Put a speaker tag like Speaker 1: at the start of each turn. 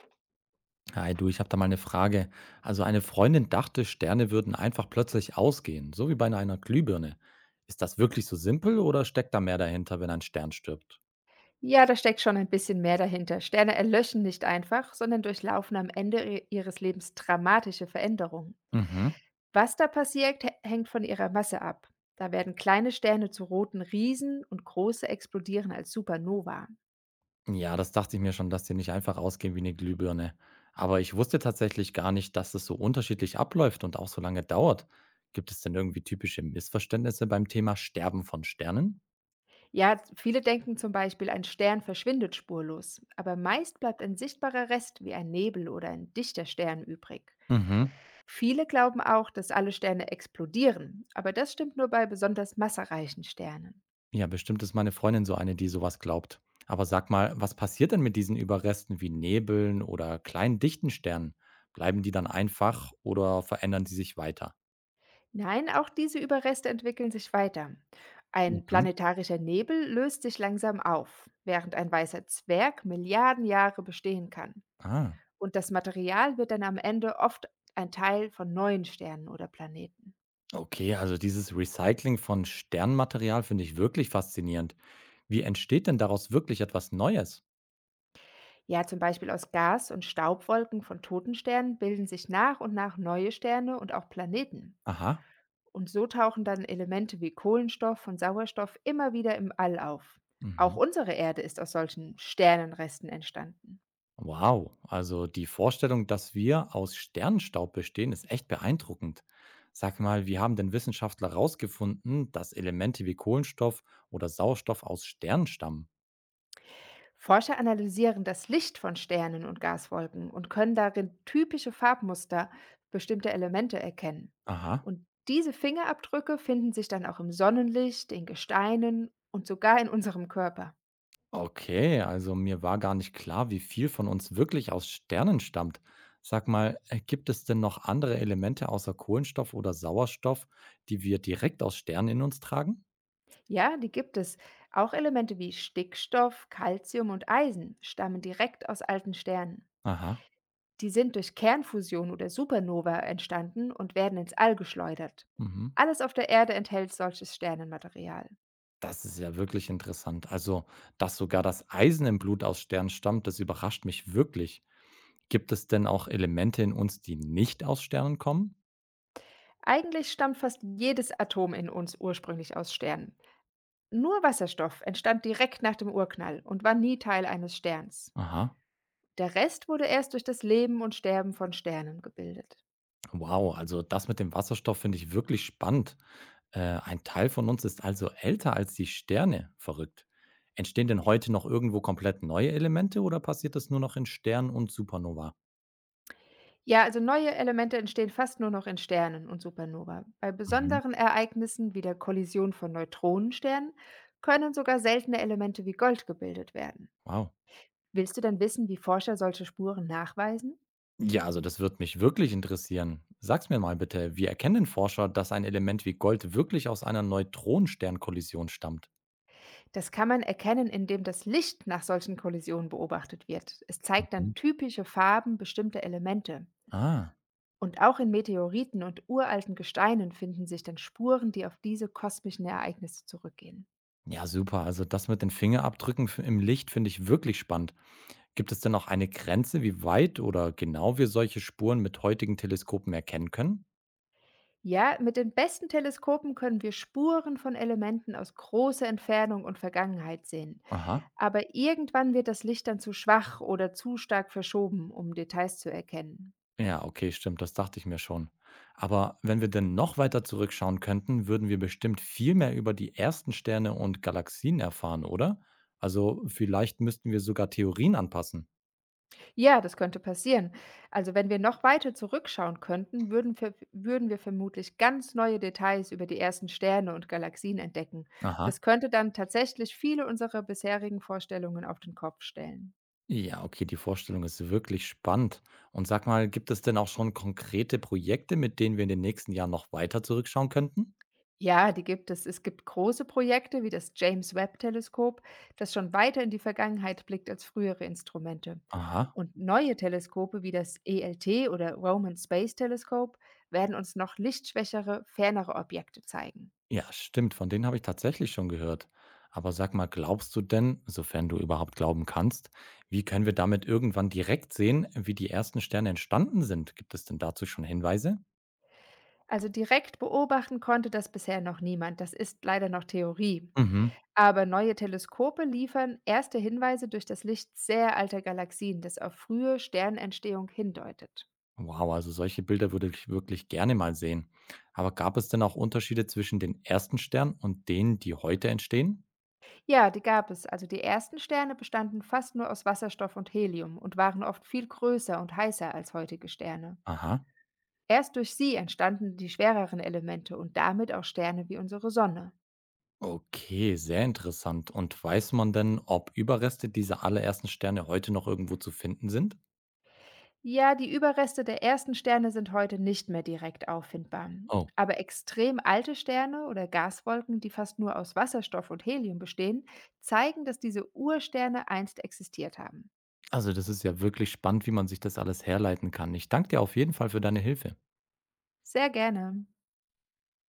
Speaker 1: Hi du, ich habe da mal eine Frage. Also eine Freundin dachte, Sterne würden einfach plötzlich ausgehen, so wie bei einer Glühbirne. Ist das wirklich so simpel oder steckt da mehr dahinter, wenn ein Stern stirbt?
Speaker 2: Ja, da steckt schon ein bisschen mehr dahinter. Sterne erlöschen nicht einfach, sondern durchlaufen am Ende ihres Lebens dramatische Veränderungen.
Speaker 1: Mhm.
Speaker 2: Was da passiert, hängt von ihrer Masse ab. Da werden kleine Sterne zu roten Riesen und große explodieren als Supernova.
Speaker 1: Ja, das dachte ich mir schon, dass die nicht einfach ausgehen wie eine Glühbirne. Aber ich wusste tatsächlich gar nicht, dass es so unterschiedlich abläuft und auch so lange dauert. Gibt es denn irgendwie typische Missverständnisse beim Thema Sterben von Sternen?
Speaker 2: Ja, viele denken zum Beispiel, ein Stern verschwindet spurlos, aber meist bleibt ein sichtbarer Rest wie ein Nebel oder ein dichter Stern übrig.
Speaker 1: Mhm.
Speaker 2: Viele glauben auch, dass alle Sterne explodieren, aber das stimmt nur bei besonders massereichen Sternen.
Speaker 1: Ja, bestimmt ist meine Freundin so eine, die sowas glaubt. Aber sag mal, was passiert denn mit diesen Überresten wie Nebeln oder kleinen dichten Sternen? Bleiben die dann einfach oder verändern sie sich weiter?
Speaker 2: Nein, auch diese Überreste entwickeln sich weiter. Ein
Speaker 1: Mhm.
Speaker 2: planetarischer Nebel löst sich langsam auf, während ein weißer Zwerg Milliarden Jahre bestehen kann.
Speaker 1: Ah,
Speaker 2: Und das Material wird dann am Ende oft ein Teil von neuen Sternen oder Planeten.
Speaker 1: okay, also dieses Recycling von Sternmaterial finde ich wirklich faszinierend. Wie entsteht denn daraus wirklich etwas Neues?
Speaker 2: Ja, zum Beispiel aus Gas- und Staubwolken von toten Sternen bilden sich nach und nach neue Sterne und auch Planeten.
Speaker 1: Aha.
Speaker 2: Und so tauchen dann Elemente wie Kohlenstoff und Sauerstoff immer wieder im All auf. Auch
Speaker 1: Mhm.
Speaker 2: unsere Erde ist aus solchen Sternenresten entstanden.
Speaker 1: Wow, also die Vorstellung, dass wir aus Sternenstaub bestehen, ist echt beeindruckend. Sag mal, wie haben denn Wissenschaftler herausgefunden, dass Elemente wie Kohlenstoff oder Sauerstoff aus Sternen stammen?
Speaker 2: Forscher analysieren das Licht von Sternen und Gaswolken und können darin typische Farbmuster bestimmter Elemente erkennen.
Speaker 1: Aha,
Speaker 2: Und diese Fingerabdrücke finden sich dann auch im Sonnenlicht, in Gesteinen und sogar in unserem Körper.
Speaker 1: okay, also mir war gar nicht klar, wie viel von uns wirklich aus Sternen stammt. Sag mal, gibt es denn noch andere Elemente außer Kohlenstoff oder Sauerstoff, die wir direkt aus Sternen in uns tragen?
Speaker 2: Ja, die gibt es. Auch Elemente wie Stickstoff, Calcium und Eisen stammen direkt aus alten Sternen.
Speaker 1: Aha,
Speaker 2: Die sind durch Kernfusion oder Supernova entstanden und werden ins All geschleudert.
Speaker 1: mhm.
Speaker 2: Alles auf der Erde enthält solches Sternenmaterial.
Speaker 1: Das ist ja wirklich interessant. Also, dass sogar das Eisen im Blut aus Sternen stammt, das überrascht mich wirklich. Gibt es denn auch Elemente in uns, die nicht aus Sternen kommen?
Speaker 2: Eigentlich stammt fast jedes Atom in uns ursprünglich aus Sternen. Nur Wasserstoff entstand direkt nach dem Urknall und war nie Teil eines Sterns.
Speaker 1: Aha.
Speaker 2: Der Rest wurde erst durch das Leben und Sterben von Sternen gebildet.
Speaker 1: Wow, also das mit dem Wasserstoff finde ich wirklich spannend. Ein Teil von uns ist also älter als die Sterne. Verrückt. Entstehen denn heute noch irgendwo komplett neue Elemente oder passiert das nur noch in Sternen und Supernova?
Speaker 2: Ja, also neue Elemente entstehen fast nur noch in Sternen und Supernova. Bei
Speaker 1: Mhm.
Speaker 2: besonderen Ereignissen wie der Kollision von Neutronensternen können sogar seltene Elemente wie Gold gebildet werden.
Speaker 1: Wow.
Speaker 2: Willst du denn wissen, wie Forscher solche Spuren nachweisen?
Speaker 1: Ja, also das wird mich wirklich interessieren. Sag's mir mal bitte, wie erkennen denn Forscher, dass ein Element wie Gold wirklich aus einer Neutronensternkollision stammt?
Speaker 2: Das kann man erkennen, indem das Licht nach solchen Kollisionen beobachtet wird. Es zeigt dann
Speaker 1: Mhm.
Speaker 2: typische Farben bestimmter Elemente.
Speaker 1: Ah,
Speaker 2: Und auch in Meteoriten und uralten Gesteinen finden sich dann Spuren, die auf diese kosmischen Ereignisse zurückgehen.
Speaker 1: ja, super. Also das mit den Fingerabdrücken im Licht finde ich wirklich spannend. Gibt es denn auch eine Grenze, wie weit oder genau wir solche Spuren mit heutigen Teleskopen erkennen können?
Speaker 2: Ja, mit den besten Teleskopen können wir Spuren von Elementen aus großer Entfernung und Vergangenheit sehen.
Speaker 1: Aha.
Speaker 2: Aber irgendwann wird das Licht dann zu schwach oder zu stark verschoben, um Details zu erkennen.
Speaker 1: Ja, okay, stimmt, das dachte ich mir schon. Aber wenn wir denn noch weiter zurückschauen könnten, würden wir bestimmt viel mehr über die ersten Sterne und Galaxien erfahren, oder? Also vielleicht müssten wir sogar Theorien anpassen.
Speaker 2: Ja, das könnte passieren. Also wenn wir noch weiter zurückschauen könnten, würden wir vermutlich ganz neue Details über die ersten Sterne und Galaxien entdecken.
Speaker 1: Aha.
Speaker 2: Das könnte dann tatsächlich viele unserer bisherigen Vorstellungen auf den Kopf stellen.
Speaker 1: Ja, okay, die Vorstellung ist wirklich spannend. Und sag mal, gibt es denn auch schon konkrete Projekte, mit denen wir in den nächsten Jahren noch weiter zurückschauen könnten?
Speaker 2: Ja, die gibt es. Es gibt große Projekte wie das James Webb-Teleskop, das schon weiter in die Vergangenheit blickt als frühere Instrumente.
Speaker 1: Aha.
Speaker 2: Und neue Teleskope wie das ELT oder Roman Space Telescope werden uns noch lichtschwächere, fernere Objekte zeigen.
Speaker 1: Ja, stimmt, von denen habe ich tatsächlich schon gehört. Aber sag mal, glaubst du denn, sofern du überhaupt glauben kannst, wie können wir damit irgendwann direkt sehen, wie die ersten Sterne entstanden sind? Gibt es denn dazu schon Hinweise?
Speaker 2: Also direkt beobachten konnte das bisher noch niemand. Das ist leider noch Theorie.
Speaker 1: Mhm.
Speaker 2: Aber neue Teleskope liefern erste Hinweise durch das Licht sehr alter Galaxien, das auf frühe Sternentstehung hindeutet.
Speaker 1: Wow, also solche Bilder würde ich wirklich gerne mal sehen. Aber gab es denn auch Unterschiede zwischen den ersten Sternen und denen, die heute entstehen?
Speaker 2: Ja, die gab es. Also die ersten Sterne bestanden fast nur aus Wasserstoff und Helium und waren oft viel größer und heißer als heutige Sterne.
Speaker 1: Aha.
Speaker 2: Erst durch sie entstanden die schwereren Elemente und damit auch Sterne wie unsere Sonne.
Speaker 1: Okay, sehr interessant. Und weiß man denn, ob Überreste dieser allerersten Sterne heute noch irgendwo zu finden sind?
Speaker 2: Ja, die Überreste der ersten Sterne sind heute nicht mehr direkt auffindbar.
Speaker 1: Oh.
Speaker 2: Aber extrem alte Sterne oder Gaswolken, die fast nur aus Wasserstoff und Helium bestehen, zeigen, dass diese Ursterne einst existiert haben.
Speaker 1: Also, das ist ja wirklich spannend, wie man sich das alles herleiten kann. Ich danke dir auf jeden Fall für deine Hilfe.
Speaker 2: Sehr gerne.